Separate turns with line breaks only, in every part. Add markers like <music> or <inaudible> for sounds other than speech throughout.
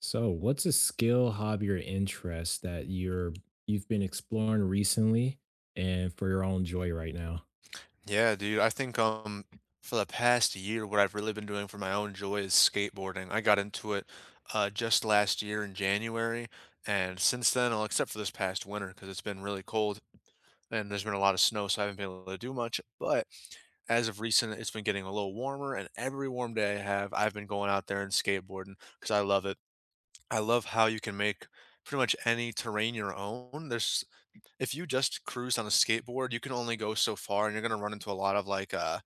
So, what's a skill, hobby, or interest that you've been exploring recently and for your own joy right now?
Yeah, dude. I think for the past year, what I've really been doing for my own joy is skateboarding. I got into it just last year in January, and since then, well, except for this past winter, because it's been really cold and there's been a lot of snow, so I haven't been able to do much. But as of recent, it's been getting a little warmer, and every warm day I have, I've been going out there and skateboarding because I love it. I love how you can make pretty much any terrain your own. There's if you just cruise on a skateboard, you can only go so far, and you're gonna run into a lot of like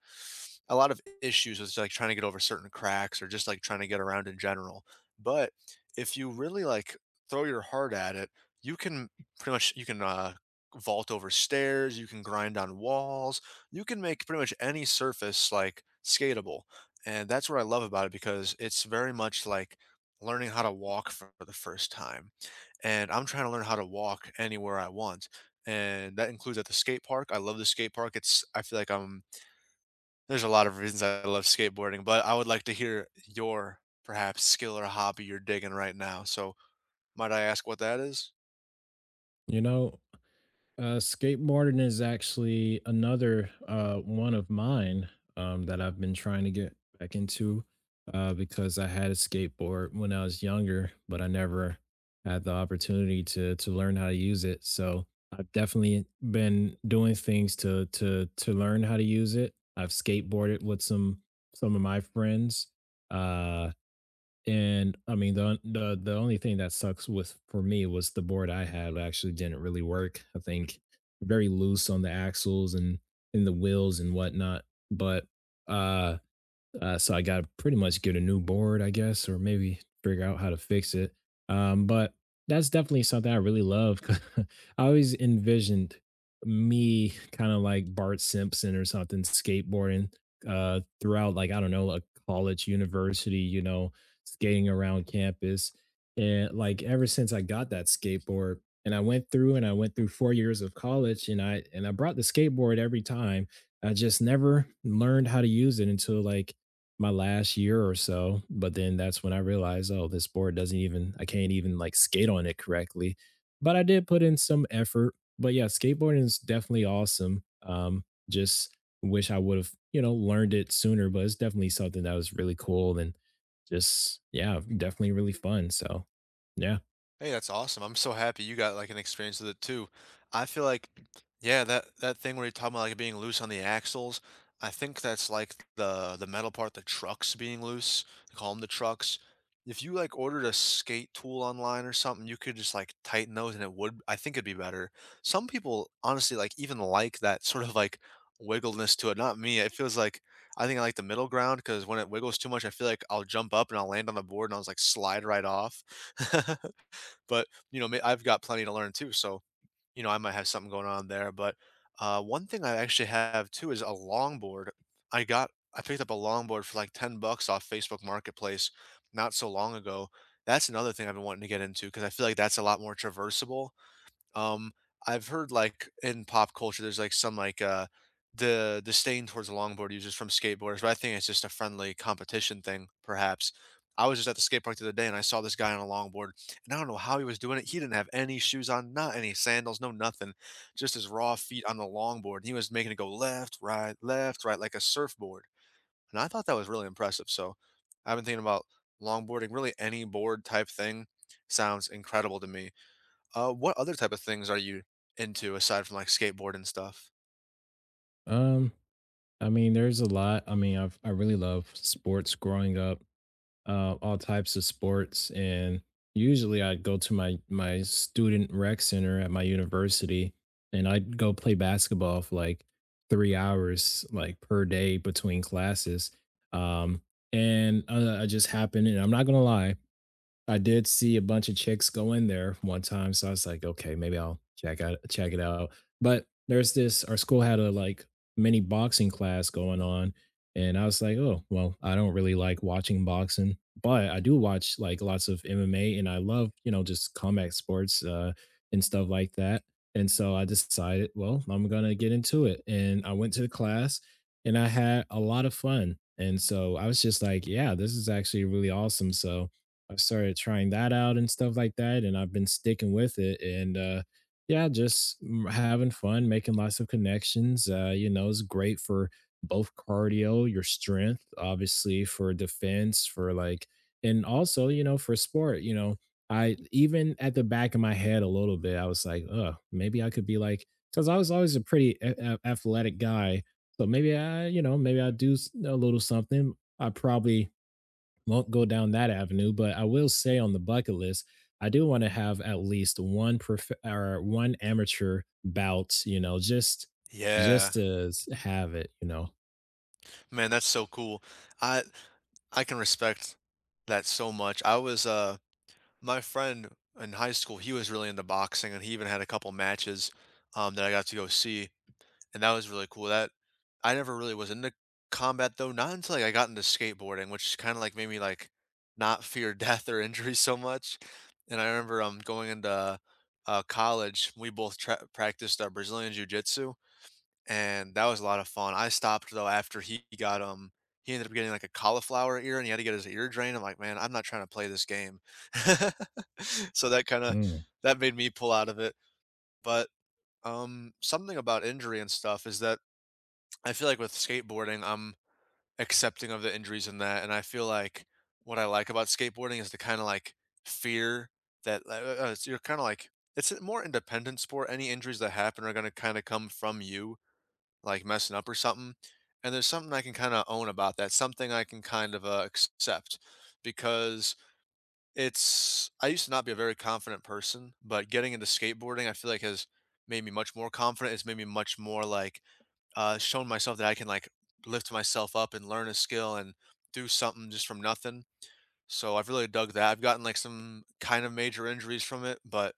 a lot of issues with like trying to get over certain cracks or just like trying to get around in general. But if you really like throw your heart at it, you can pretty much you can vault over stairs, you can grind on walls, you can make pretty much any surface like skatable. And that's what I love about it because it's very much like learning how to walk for the first time. And I'm trying to learn how to walk anywhere I want. And that includes at the skate park. I love the skate park. It's I feel like I'm there's a lot of reasons I love skateboarding, but I would like to hear your perhaps skill or hobby you're digging right now. So might I ask what that is?
You know, skateboarding is actually another one of mine, that I've been trying to get back into, because I had a skateboard when I was younger, but I never had the opportunity to learn how to use it. So I've definitely been doing things to learn how to use it. I've skateboarded with some of my friends. Uh, and I mean, the only thing that sucks with for me was the board I had actually didn't really work. I think very loose on the axles and in the wheels and whatnot. But uh so I got to pretty much get a new board, I guess, or maybe figure out how to fix it. But that's definitely something I really love. <laughs> I always envisioned me kind of like Bart Simpson or something skateboarding throughout, like, I don't know, a college, university, you know, skating around campus. And like ever since I got that skateboard, and I went through 4 years of college and I brought the skateboard every time. I just never learned how to use it until like my last year or so, but then that's when I realized, oh, this board doesn't even, I can't even like skate on it correctly. But I did put in some effort. But yeah, skateboarding is definitely awesome. Just wish I would have, you know, learned it sooner, but it's definitely something that was really cool and just yeah, definitely really fun. So yeah.
Hey, that's awesome. I'm so happy you got like an experience with it too. I feel like, yeah, that thing where you're talking about like being loose on the axles, I think that's like the metal part, the trucks being loose. They call them the trucks. If you like ordered a skate tool online or something, you could just like tighten those and it would, I think it'd be better. Some people honestly like even like that sort of like wiggleness to it. Not me. It feels like I think I like the middle ground because when it wiggles too much, I feel like I'll jump up and I'll land on the board and I'll just like slide right off. <laughs> But, you know, may I've got plenty to learn too, so, you know, I might have something going on there, but, one thing I actually have too is a longboard. I picked up a longboard for like 10 bucks off Facebook Marketplace not so long ago. That's another thing I've been wanting to get into because I feel like that's a lot more traversable um, I've heard like in pop culture, there's like some like the disdain towards longboard users from skateboarders, but I think it's just a friendly competition thing, perhaps. I was just at the skate park the other day and I saw this guy on a longboard, and I don't know how he was doing it. He didn't have any shoes on, not any sandals, no nothing, just his raw feet on the longboard. And he was making it go left, right, like a surfboard. And I thought that was really impressive. So I've been thinking about longboarding, really any board type thing sounds incredible to me. What other type of things are you into aside from like skateboard and stuff?
Um, I mean, there's a lot. I mean, I really love sports growing up, all types of sports, and usually I'd go to my student rec center at my university, and I'd go play basketball for like 3 hours like per day between classes. Um, and I just happened, and I'm not gonna lie, I did see a bunch of chicks go in there one time, so I was like, okay, maybe I'll check it out. But there's this, our school had a like mini boxing class going on, and I was like, oh, well, I don't really like watching boxing, but I do watch like lots of MMA and I love, you know, just combat sports and stuff like that. And so I decided, well, I'm gonna get into it. And I went to the class and I had a lot of fun. And so I was just like, yeah, this is actually really awesome. So I started trying that out and stuff like that, and I've been sticking with it. And yeah, just having fun, making lots of connections. You know, it's great for both cardio, your strength, obviously for defense, for like, and also you know for sport. You know, I even at the back of my head a little bit, I was like, oh, maybe I could be like, because I was always a pretty athletic guy. So maybe I, you know, maybe I do a little something. I probably won't go down that avenue, but I will say on the bucket list, I do want to have at least one prof- or one amateur bout, you know,
Yeah.
just to have it, you know.
Man, that's so cool. I I can respect that so much. I was my friend in high school, he was really into boxing and he even had a couple matches that I got to go see. And that was really cool. That I never really was into combat though, not until like I got into skateboarding, which kind of like made me like not fear <laughs> death or injury so much. And I remember going into college, we both practiced Brazilian jiu-jitsu, and that was a lot of fun. I stopped though after he got he ended up getting like a cauliflower ear, and he had to get his ear drained. I'm like, man, I'm not trying to play this game. <laughs> So that kind of that made me pull out of it. But something about injury and stuff is that I feel like with skateboarding, I'm accepting of the injuries in that, and I feel like what I like about skateboarding is the kinda, like, fear that so you're kinda like it's a more independent sport, any injuries that happen are gonna kinda come from you, like, messing up or something, and there's something I can kinda own about that, something I can kind of, accept because it's I used to not be a very confident person, but getting into skateboarding, I feel like has made me much more confident, it's made me much more, like shown myself that I can like lift myself up and learn a skill and do something just from nothing. So I've really dug that. I've gotten like some kind of major injuries from it, but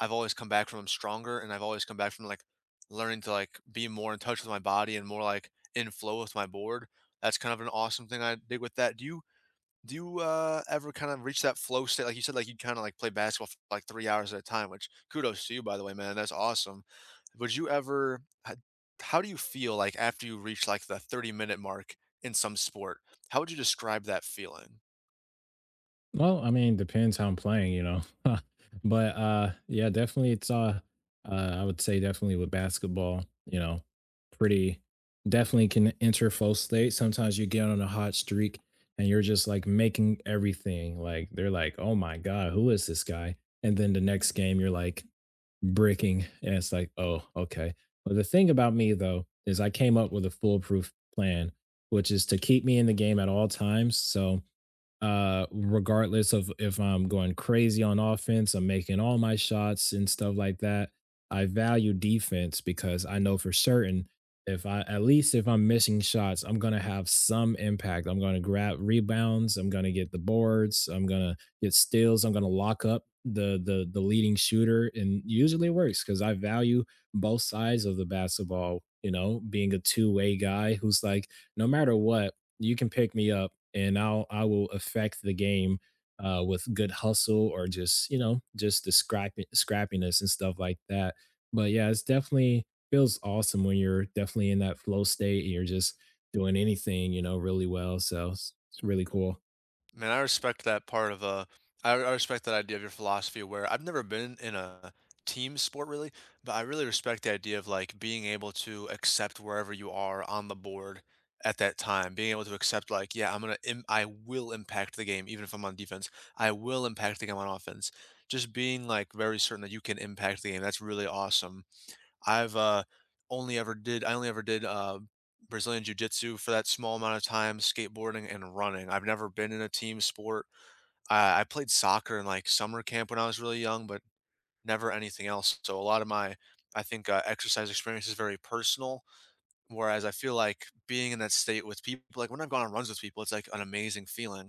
I've always come back from them stronger and I've always come back from like learning to like be more in touch with my body and more like in flow with my board. That's kind of an awesome thing I did with that. Do you ever kind of reach that flow state? Like you said, like, you kinda, like, play basketball for, like, 3 hours at a time, which kudos to you, by the way, man, that's awesome. Would you ever h how do you feel, like, after you reach, like, the 30-minute mark in some sport? How would you describe that feeling?
Well, I mean, depends how I'm playing, you know. <laughs> But yeah, definitely it's I would say definitely with basketball, you know, pretty definitely can enter flow state. Sometimes you get on a hot streak and you're just like making everything like they're like, "Oh my god, who is this guy?" And then the next game you're like breaking and it's like, "Oh, okay." But the thing about me though is I came up with a foolproof plan, which is to keep me in the game at all times. So regardless of if I'm going crazy on offense, I'm making all my shots and stuff like that. I value defense because I know for certain if I'm missing shots, I'm gonna have some impact. I'm gonna grab rebounds, I'm gonna get the boards, I'm gonna get steals, I'm gonna lock up the leading shooter and usually it works because I value both sides of the basketball, you know, being a two-way guy who's like, no matter what, you can pick me up and I will affect the game with good hustle or just, you know, just the scrappy scrappiness and stuff like that. But yeah, it's definitely feels awesome when you're definitely in that flow state and you're just doing anything, you know, really well. So it's really cool.
Man, I respect that part of I respect that idea of your philosophy where I've never been in a team sport really, but I really respect the idea of like being able to accept wherever you are on the board at that time, being able to accept like, yeah, I'm gonna, I will impact the game, even if I'm on defense. I will impact the game on offense. Just being like very certain that you can impact the game. That's really awesome. I've only ever did I only ever did Brazilian jiu-jitsu for that small amount of time, skateboarding and running. I've never been in a team sport. I played soccer in like summer camp when I was really young, but never anything else. So a lot of my I think exercise experience is very personal. Whereas I feel like being in that state with people, like when I've gone on runs with people, it's like an amazing feeling.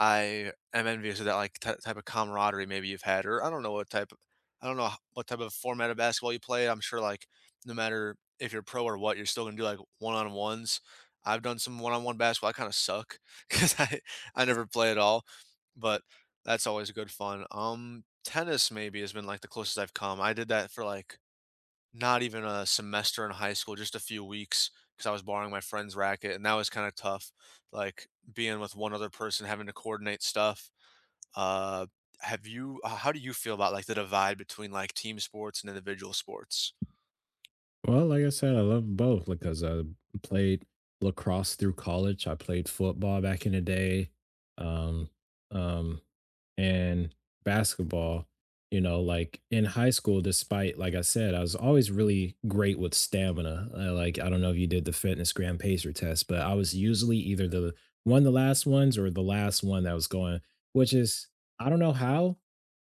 I am envious of that, like, ty type of camaraderie maybe you've had, or I don't know what type of I don't know what type of format of basketball you play. I'm sure, like, no matter if you're pro or what, you're still gonna do, like, one-on-ones. I've done some one-on-one basketball. I kinda suck <laughs> because I never play at all, but that's always good fun. Tennis maybe has been, like, the closest I've come. I did that for, like, not even a semester in high school, just a few weeks, because I was borrowing my friend's racket, and that was kinda tough, like, being with one other person, having to coordinate stuff. Uh, have you h how do you feel about, like, the divide between, like, team sports and individual sports?
Well, like I said, I love both because I played lacrosse through college. I played football back in the day, um, um, and basketball. You know, like in high school, despite like I said, I was always really great with stamina. Like I don't know if you did the fitness gram pacer test, but I was usually either the one of the last ones or the last one that was going, which is I don't know how,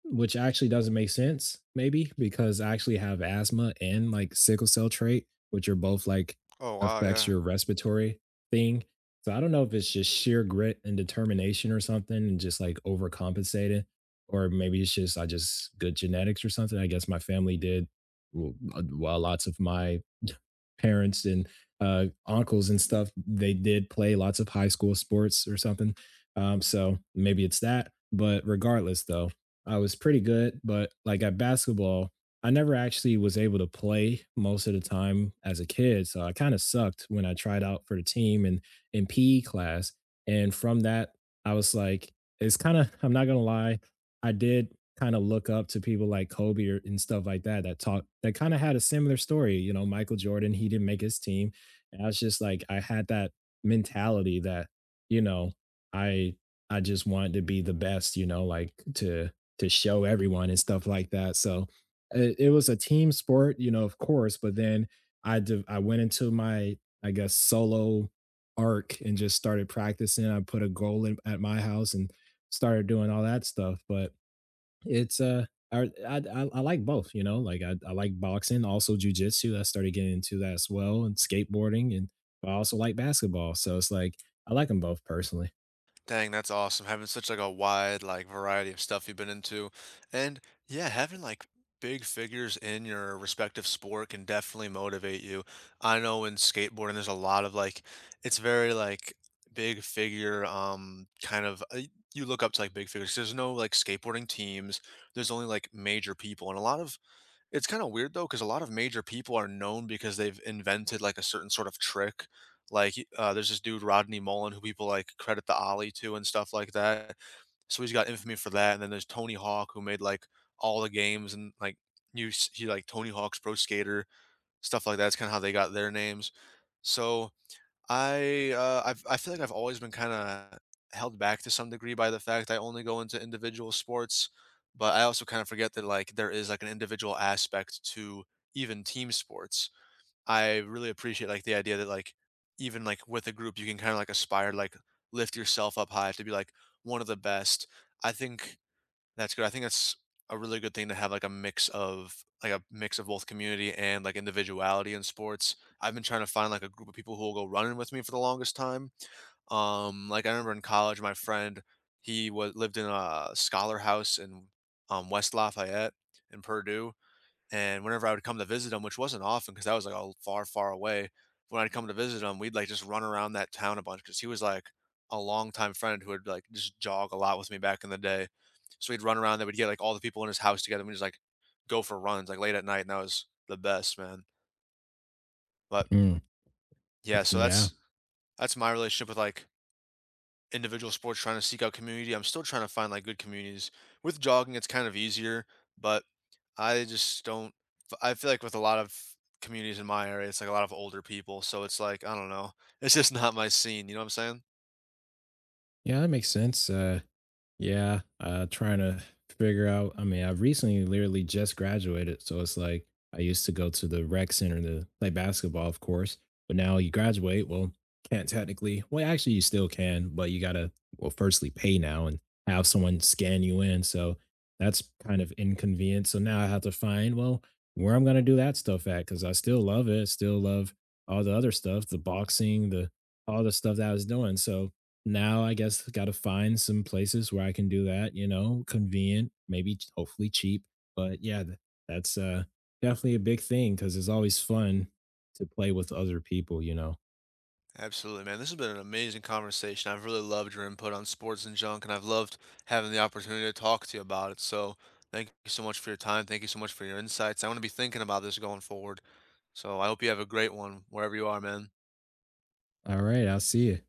which actually doesn't make sense, maybe, because I actually have asthma and like sickle cell trait, which are both like
Oh, wow,
affects
yeah.
your respiratory thing. So I don't know if it's just sheer grit and determination or something and just like overcompensating, or maybe it's just I just good genetics or something. I guess my family did well, well lots of my <laughs> parents and uncles and stuff, they did play lots of high school sports or something. So maybe it's that. But regardless, though, I was pretty good, but like at basketball, I never actually was able to play most of the time as a kid. So I kind of sucked when I tried out for the team and in PE class. And from that, I was like, it's kind of, I'm not going to lie, I did kind of look up to people like Kobe or, and stuff like that that talk that kind of had a similar story. You know, Michael Jordan, he didn't make his team. And I was just like, I had that mentality that, you know, I I just wanted to be the best, you know, like to show everyone and stuff like that. So it was a team sport, you know, of course. But then I went into my I guess solo arc and just started practicing. I put a goal in, at my house and started doing all that stuff. But it's I like both, you know, like I like boxing, also jujitsu. I started getting into that as well, and skateboarding, and but I also like basketball. So it's like I like them both personally.
Dang, that's awesome. Having such like a wide like variety of stuff you've been into. And yeah, having like big figures in your respective sport can definitely motivate you. I know in skateboarding there's a lot of like it's very like big figure, you look up to like big figures. There's no like skateboarding teams. There's only like major people and a lot of it's kinda weird though, because a lot of major people are known because they've invented, like, a certain sort of trick. Like, y there's this dude, Rodney Mullen, who people, like, credit the ollie to and stuff like that. So he's got infamy for that, and then there's Tony Hawk, who made, like, all the games and, like, you s he like Tony Hawk's Pro Skater, stuff like that. That's kinda how they got their names. So I, I feel like I've always been kinda held back to some degree by the fact I only go into individual sports, but I also kinda forget that, like, there is, like, an individual aspect to even team sports. I really appreciate, like, the idea that, like, even, like, with a group, you can kinda, like, aspire, to like, lift yourself up high to be, like, one of the best. I think that's good. I think that's a really good thing to have like a mix of both community and like individuality in sports. I've been trying to find like a group of people who will go running with me for the longest time. Like I remember in college, my friend he was lived in a scholar house in West Lafayette in Purdue, and whenever I would come to visit him, which wasn't often because I was like all far, far away, when I'd come to visit him, we'd like just run around that town a bunch because he was like a longtime friend who would like just jog a lot with me back in the day. So we'd run around. They would get like all the people in his house together. And we just like go for runs like late at night, and that was the best, man. But
Mm,
yeah, so
yeah.
that's my relationship with like individual sports. Trying to seek out community. I'm still trying to find like good communities. With jogging, it's kind of easier, but I just don't f I feel like with a lot of communities in my area, it's like a lot of older people, so it's like, I don't know, <laughs> it's just not my scene, you know what I'm saying?
Yeah, that makes sense. Yeah, trying to figure out. I mean, I recently literally just graduated, so it's like I used to go to the rec center to play basketball, of course, but now you graduate. Well, can't technically. Well, actually, you still can, but you gotta, well, firstly pay now and have someone scan you in. So that's kind of inconvenient. So now I have to find well where I'm gonna do that stuff at because I still love it. Still love all the other stuff, the boxing, the all the stuff that I was doing. So now I guess got to find some places where I can do that, you know, convenient, maybe hopefully cheap. But yeah, that's definitely a big thing because it's always fun to play with other people, you know.
Absolutely, man, this has been an amazing conversation, I've really loved your input on sports and junk, and I've loved having the opportunity to talk to you about it, so thank you so much for your time, thank you so much for your insights, I want to be thinking about this going forward, so I hope you have a great one wherever you are, man.
All right, I'll see you.